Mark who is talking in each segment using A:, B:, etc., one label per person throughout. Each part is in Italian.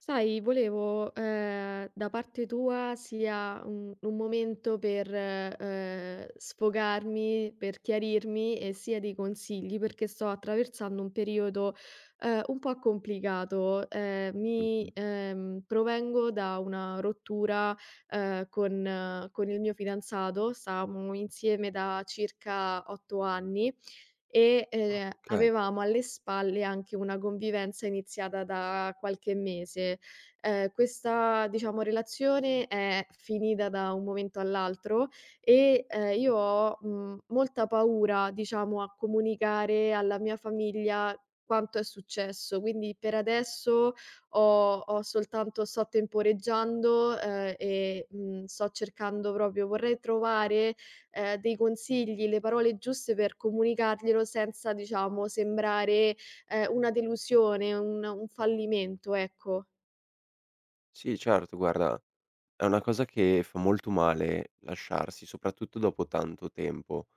A: Sai, volevo, da parte tua sia un momento per, sfogarmi, per chiarirmi e sia dei consigli, perché sto attraversando un periodo, un po' complicato. Mi
B: Mh-mh.
A: Provengo da una rottura, con il mio fidanzato, stavamo insieme da circa 8 anni e,
B: Ah, okay.
A: avevamo alle spalle anche una convivenza iniziata da qualche mese. Questa, diciamo, relazione è finita da un momento all'altro e, io ho molta paura, diciamo, a comunicare alla mia famiglia quanto è successo. Quindi per adesso ho ho soltanto sto temporeggiando, e, sto cercando proprio vorrei trovare dei consigli, le parole giuste per comunicarglielo senza, diciamo, sembrare, una delusione, un fallimento, ecco.
B: Sì, certo, guarda, è una cosa che fa molto male lasciarsi, soprattutto dopo tanto tempo,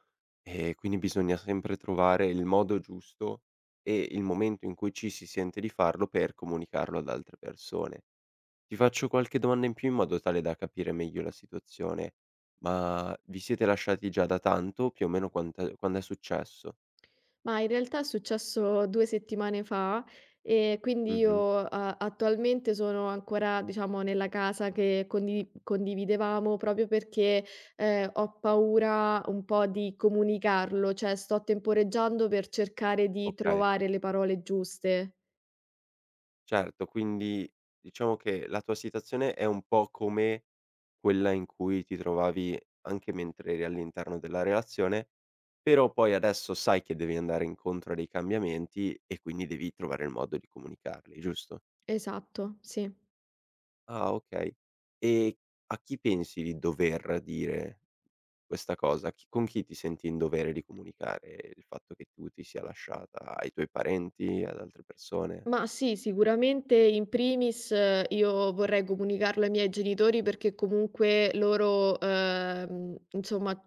B: e quindi bisogna sempre trovare il modo giusto e il momento in cui ci si sente di farlo per comunicarlo ad altre persone. Ti faccio qualche domanda in più in modo tale da capire meglio la situazione. Ma vi siete lasciati già da tanto? Più o meno quant'è quand'è successo?
A: Ma in realtà è successo 2 settimane fa e quindi
B: Mh-mh,
A: io, a attualmente sono ancora, diciamo, nella casa che condividevamo proprio perché, ho paura un po' di comunicarlo, cioè sto temporeggiando per cercare di
B: okay.
A: trovare le parole giuste.
B: Certo, quindi diciamo che la tua situazione è un po' come quella in cui ti trovavi anche mentre eri all'interno della relazione, però poi adesso sai che devi andare incontro a dei cambiamenti e quindi devi trovare il modo di comunicarli, giusto?
A: Esatto, sì.
B: Ah, okay. E a chi pensi di dover dire questa cosa? Chi con chi ti senti in dovere di comunicare il fatto che tu ti sia lasciata? Ai tuoi parenti? Ad altre persone?
A: Ma sì, sicuramente in primis io vorrei comunicarlo ai miei genitori perché comunque loro, insomma,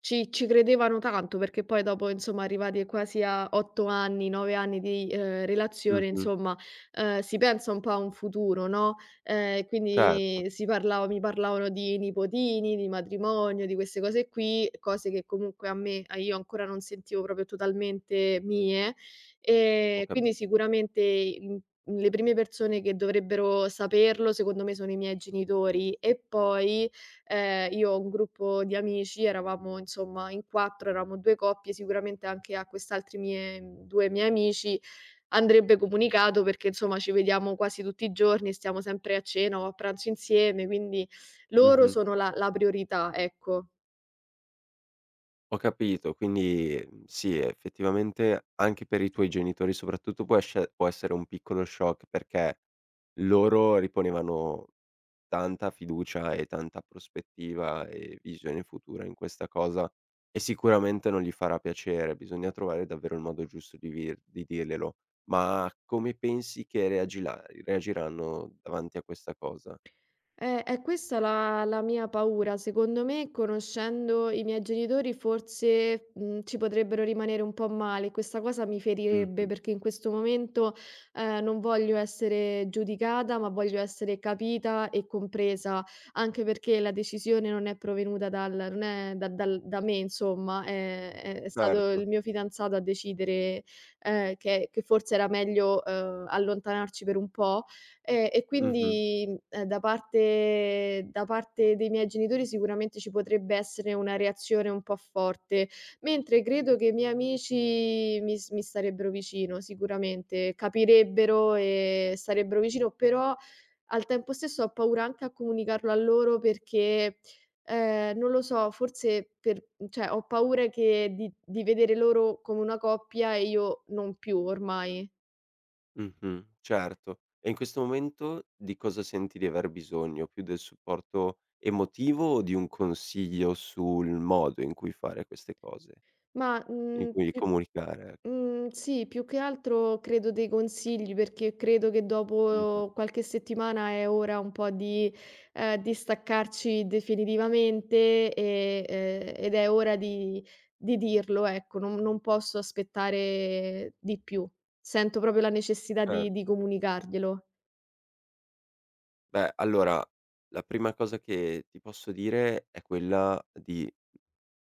A: ci credevano tanto, perché poi dopo, insomma, arrivati quasi a 8 anni, 9 anni di, relazione,
B: Mh-mh.
A: insomma, si pensa un po' a un futuro, no,
B: Certo,
A: quindi si parlava mi parlavano di nipotini, di matrimonio, di queste cose qui, cose che comunque a me a io ancora non sentivo proprio totalmente mie.
B: ho
A: Quindi
B: capi
A: sicuramente le prime persone che dovrebbero saperlo, secondo me, sono i miei genitori e poi, io ho un gruppo di amici, eravamo insomma in 4, eravamo 2 coppie, sicuramente anche a quest'altri mie 2 miei amici andrebbe comunicato perché, insomma, ci vediamo quasi tutti i giorni e stiamo sempre a cena o a pranzo insieme, quindi loro
B: mh-mh.
A: sono la priorità, ecco.
B: Ho capito, quindi, sì, effettivamente anche per i tuoi genitori soprattutto può essere un piccolo shock, perché loro riponevano tanta fiducia e tanta prospettiva e visione futura in questa cosa e sicuramente non gli farà piacere. Bisogna trovare davvero il modo giusto di vir di dirglielo. Ma come pensi che reagila reagiranno davanti a questa cosa?
A: È questa la mia paura. Secondo me, conoscendo i miei genitori, forse, ci potrebbero rimanere un po' male. Questa cosa mi ferirebbe,
B: Mh-mh,
A: perché in questo momento, non voglio essere giudicata, ma voglio essere capita e compresa, anche perché la decisione non è da me insomma, è stato
B: certo.
A: il mio fidanzato a decidere, che forse era meglio, allontanarci per un po'. E
B: Mh-mh.
A: quindi, da parte dei miei genitori sicuramente ci potrebbe essere una reazione un po' forte, mentre credo che i miei amici mi starebbero vicino sicuramente, capirebbero e starebbero vicino, però al tempo stesso ho paura anche a comunicarlo a loro perché, non lo so, forse per cioè ho paura che di vedere loro come una coppia e io non più ormai.
B: Mh-mh, certo. E in questo momento di cosa senti di aver bisogno? Più del supporto emotivo o di un consiglio sul modo in cui fare queste cose,
A: Ma,
B: in
A: mhmm,
B: cui
A: p
B: comunicare, ecco?
A: Mhmm, sì, più che altro credo dei consigli, perché credo che
B: Mh-mh,
A: dopo qualche settimana è ora un po' di, distaccarci definitivamente e ed è ora di dirlo, ecco, non posso aspettare di più. Sento proprio la necessità di
B: certo.
A: comunicarglielo.
B: Beh, allora, la prima cosa che ti posso dire è quella di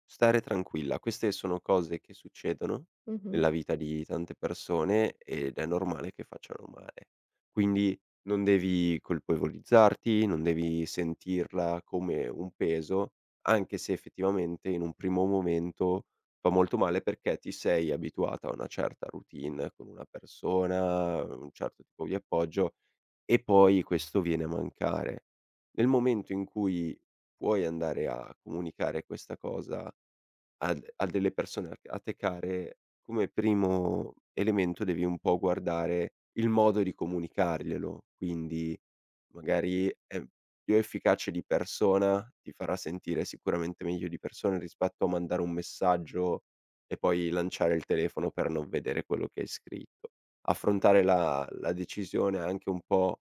B: stare tranquilla. Queste sono cose che succedono
A: Mh-mh.
B: nella vita di tante persone ed è normale che facciano male. Quindi non devi colpevolizzarti, non devi sentirla come un peso, anche se effettivamente in un primo momento fa molto male perché ti sei abituata a una certa routine con una persona, un certo tipo di appoggio e poi questo viene a mancare. Nel momento in cui puoi andare a comunicare questa cosa a delle persone a te care, come primo elemento devi un po' guardare il modo di comunicarglielo, quindi magari è più efficace di persona, ti farà sentire sicuramente meglio di persona rispetto a mandare un messaggio e poi lanciare il telefono per non vedere quello che hai scritto. Affrontare la decisione anche un po'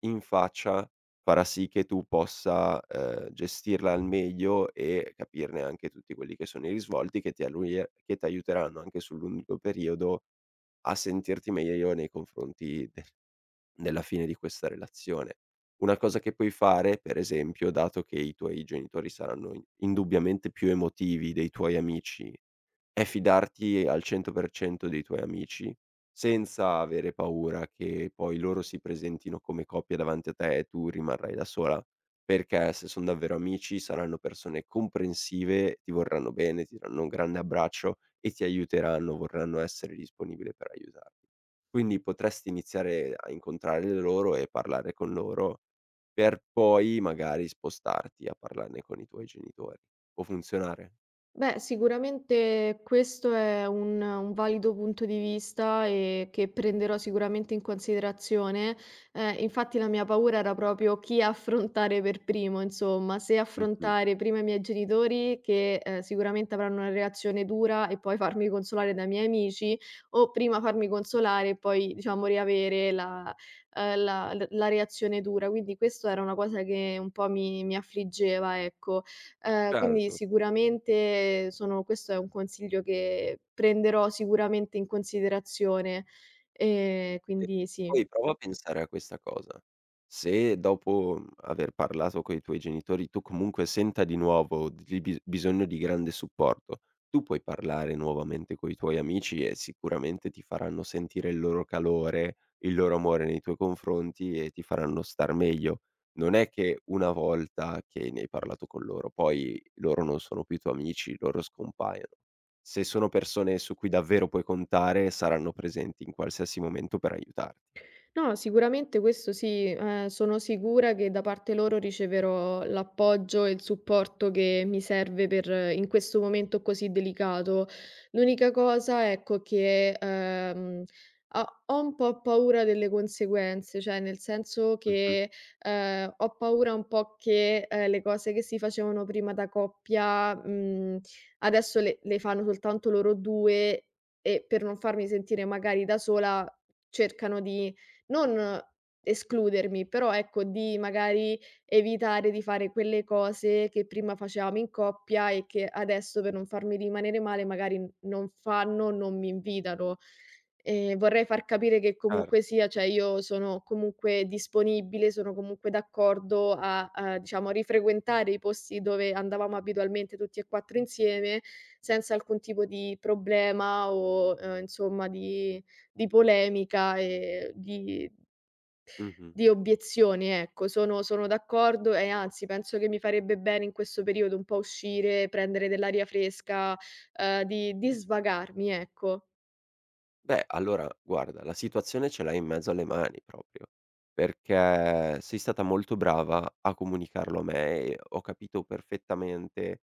B: in faccia farà sì che tu possa, gestirla al meglio e capirne anche tutti quelli che sono i risvolti che ti alluie che t'aiuteranno anche sul lungo periodo a sentirti meglio nei confronti della fine di questa relazione. Una cosa che puoi fare, per esempio, dato che i tuoi genitori saranno in indubbiamente più emotivi dei tuoi amici è fidarti al 100% dei tuoi amici, senza avere paura che poi loro si presentino come coppia davanti a te e tu rimarrai da sola, perché se son davvero amici saranno persone comprensive, ti vorranno bene, ti daranno un grande abbraccio e ti aiuteranno, vorranno essere disponibili per aiutarti. Quindi potresti iniziare a incontrare loro e parlare con loro, per poi magari spostarti a parlarne con i tuoi genitori. Può funzionare?
A: Beh, sicuramente questo è un valido punto di vista e che prenderò sicuramente in considerazione. Infatti la mia paura era proprio chi affrontare per primo, insomma, se
B: Mh-mh.
A: affrontare prima i miei genitori, che sicuramente avranno una reazione dura, e poi farmi consolare dai miei amici, o prima farmi consolare e poi, diciamo, riavere la, la reazione dura. Quindi questa era una cosa che un po' mi affliggeva, ecco. Quindi
B: Certo.
A: sicuramente sono questo è un consiglio che prenderò sicuramente in considerazione,
B: E
A: quindi sì.
B: poi prova a pensare a questa cosa: se dopo, aver parlato coi tuoi genitori, tu comunque senta di nuovo di bi bisogno di grande supporto, tu puoi parlare nuovamente coi tuoi amici e sicuramente ti faranno sentire il loro calore, il loro amore nei tuoi confronti e ti faranno star meglio. Non è che una volta che ne hai parlato con loro, poi loro non sono più tuoi amici, loro scompaiono. Se sono persone su cui davvero puoi contare, saranno presenti in qualsiasi momento per aiutarti.
A: No, sicuramente questo sì, sono sicura che da parte loro riceverò l'appoggio e il supporto che mi serve per in questo momento così delicato. L'unica cosa, ecco, che, ho ho un po' paura delle conseguenze, cioè nel senso
B: Mh-mh.
A: che, ho paura un po' che, le cose che si facevano prima da coppia, adesso le fanno soltanto loro 2 e per non farmi sentire magari da sola cercano di non escludermi, però ecco di magari evitare di fare quelle cose che prima facevamo in coppia e che adesso per non farmi rimanere male magari n non fanno, non mi invitano. Vorrei far capire che comunque
B: Certo.
A: sia, cioè io sono comunque disponibile, sono comunque d'accordo a diciamo rifrequentare i posti dove andavamo abitualmente tutti e 4 insieme, senza alcun tipo di problema o, insomma di polemica e
B: Mh-mh.
A: di obiezioni, ecco. Sono d'accordo e anzi penso che mi farebbe bene in questo periodo un po' uscire, prendere dell'aria fresca, di svagarmi, ecco.
B: Beh, allora guarda, la situazione ce l'hai in mezzo alle mani proprio, perché sei stata molto brava a comunicarlo a me e ho capito perfettamente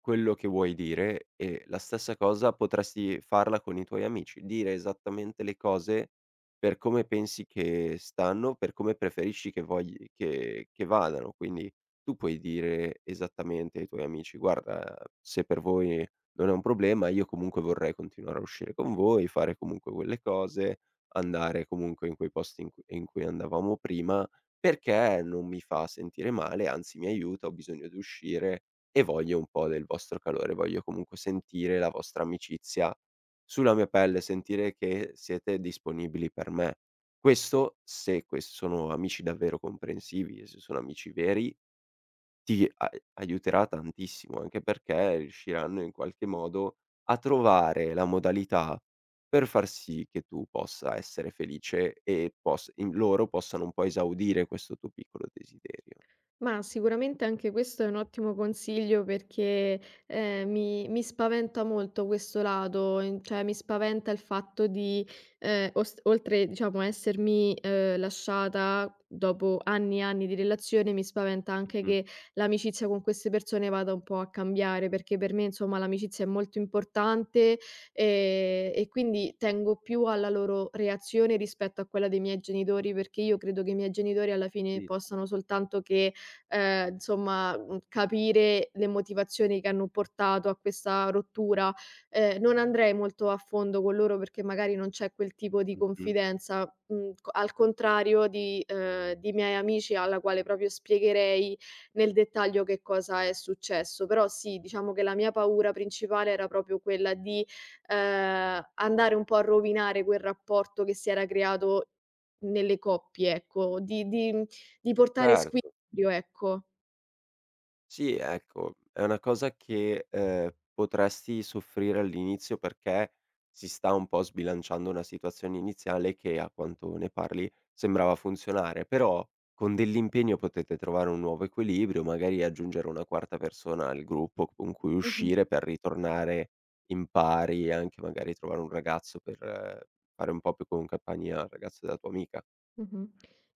B: quello che vuoi dire e la stessa cosa potresti farla con i tuoi amici, dire esattamente le cose per come pensi che stanno, per come preferisci che vogl che vadano. Quindi tu puoi dire esattamente ai tuoi amici: "Guarda, se per voi" non è un problema, io comunque vorrei continuare a uscire con voi, fare comunque quelle cose, andare comunque in quei posti in cui andavamo prima, perché non mi fa sentire male, anzi mi aiuta, ho bisogno di uscire e voglio un po' del vostro calore, voglio comunque sentire la vostra amicizia sulla mia pelle, sentire che siete disponibili per me. Questo se ques sono amici davvero comprensivi e se sono amici veri ti a aiuterà tantissimo, anche perché riusciranno in qualche modo a trovare la modalità per far sì che tu possa essere felice e pos in loro possano un po' esaudire questo tuo piccolo desiderio.
A: Ma sicuramente anche questo è un ottimo consiglio perché, mi spaventa molto questo lato, in cioè mi spaventa il fatto di, os oltre diciamo a essermi, lasciata dopo anni e anni di relazione, mi spaventa anche
B: Mh-mh.
A: che l'amicizia con queste persone vada un po' a cambiare, perché per me insomma l'amicizia è molto importante, e quindi tengo più alla loro reazione rispetto a quella dei miei genitori, perché io credo che i miei genitori alla fine
B: Capito.
A: possano soltanto che insomma, capire le motivazioni che hanno portato a questa rottura. Non andrei molto a fondo con loro perché magari non c'è quel tipo di
B: Mh-mh.
A: confidenza, mhmm, co al contrario di miei amici alla quale proprio spiegherei nel dettaglio che cosa è successo. Però sì, diciamo che la mia paura principale era proprio quella di, andare un po' a rovinare quel rapporto che si era creato nelle coppie, ecco, di portare squi
B: Certo.
A: equilibrio, ecco.
B: Sì, ecco, è una cosa che, potresti soffrire all'inizio perché si sta un po' sbilanciando una situazione iniziale che, a quanto ne parli, sembrava funzionare, però con dell'impegno potete trovare un nuovo equilibrio, magari aggiungere una quarta persona al gruppo con cui
A: Mh-mh,
B: uscire per ritornare in pari e anche magari trovare un ragazzo per fare un po' più con compagnia al ragazzo della tua amica.
A: mh-mh.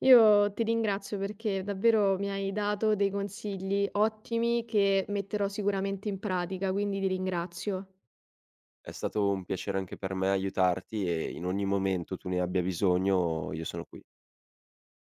A: Io ti ringrazio perché davvero mi hai dato dei consigli ottimi che metterò sicuramente in pratica, quindi ti ringrazio.
B: È stato un piacere anche per me aiutarti e in ogni momento tu ne abbia bisogno, io sono qui.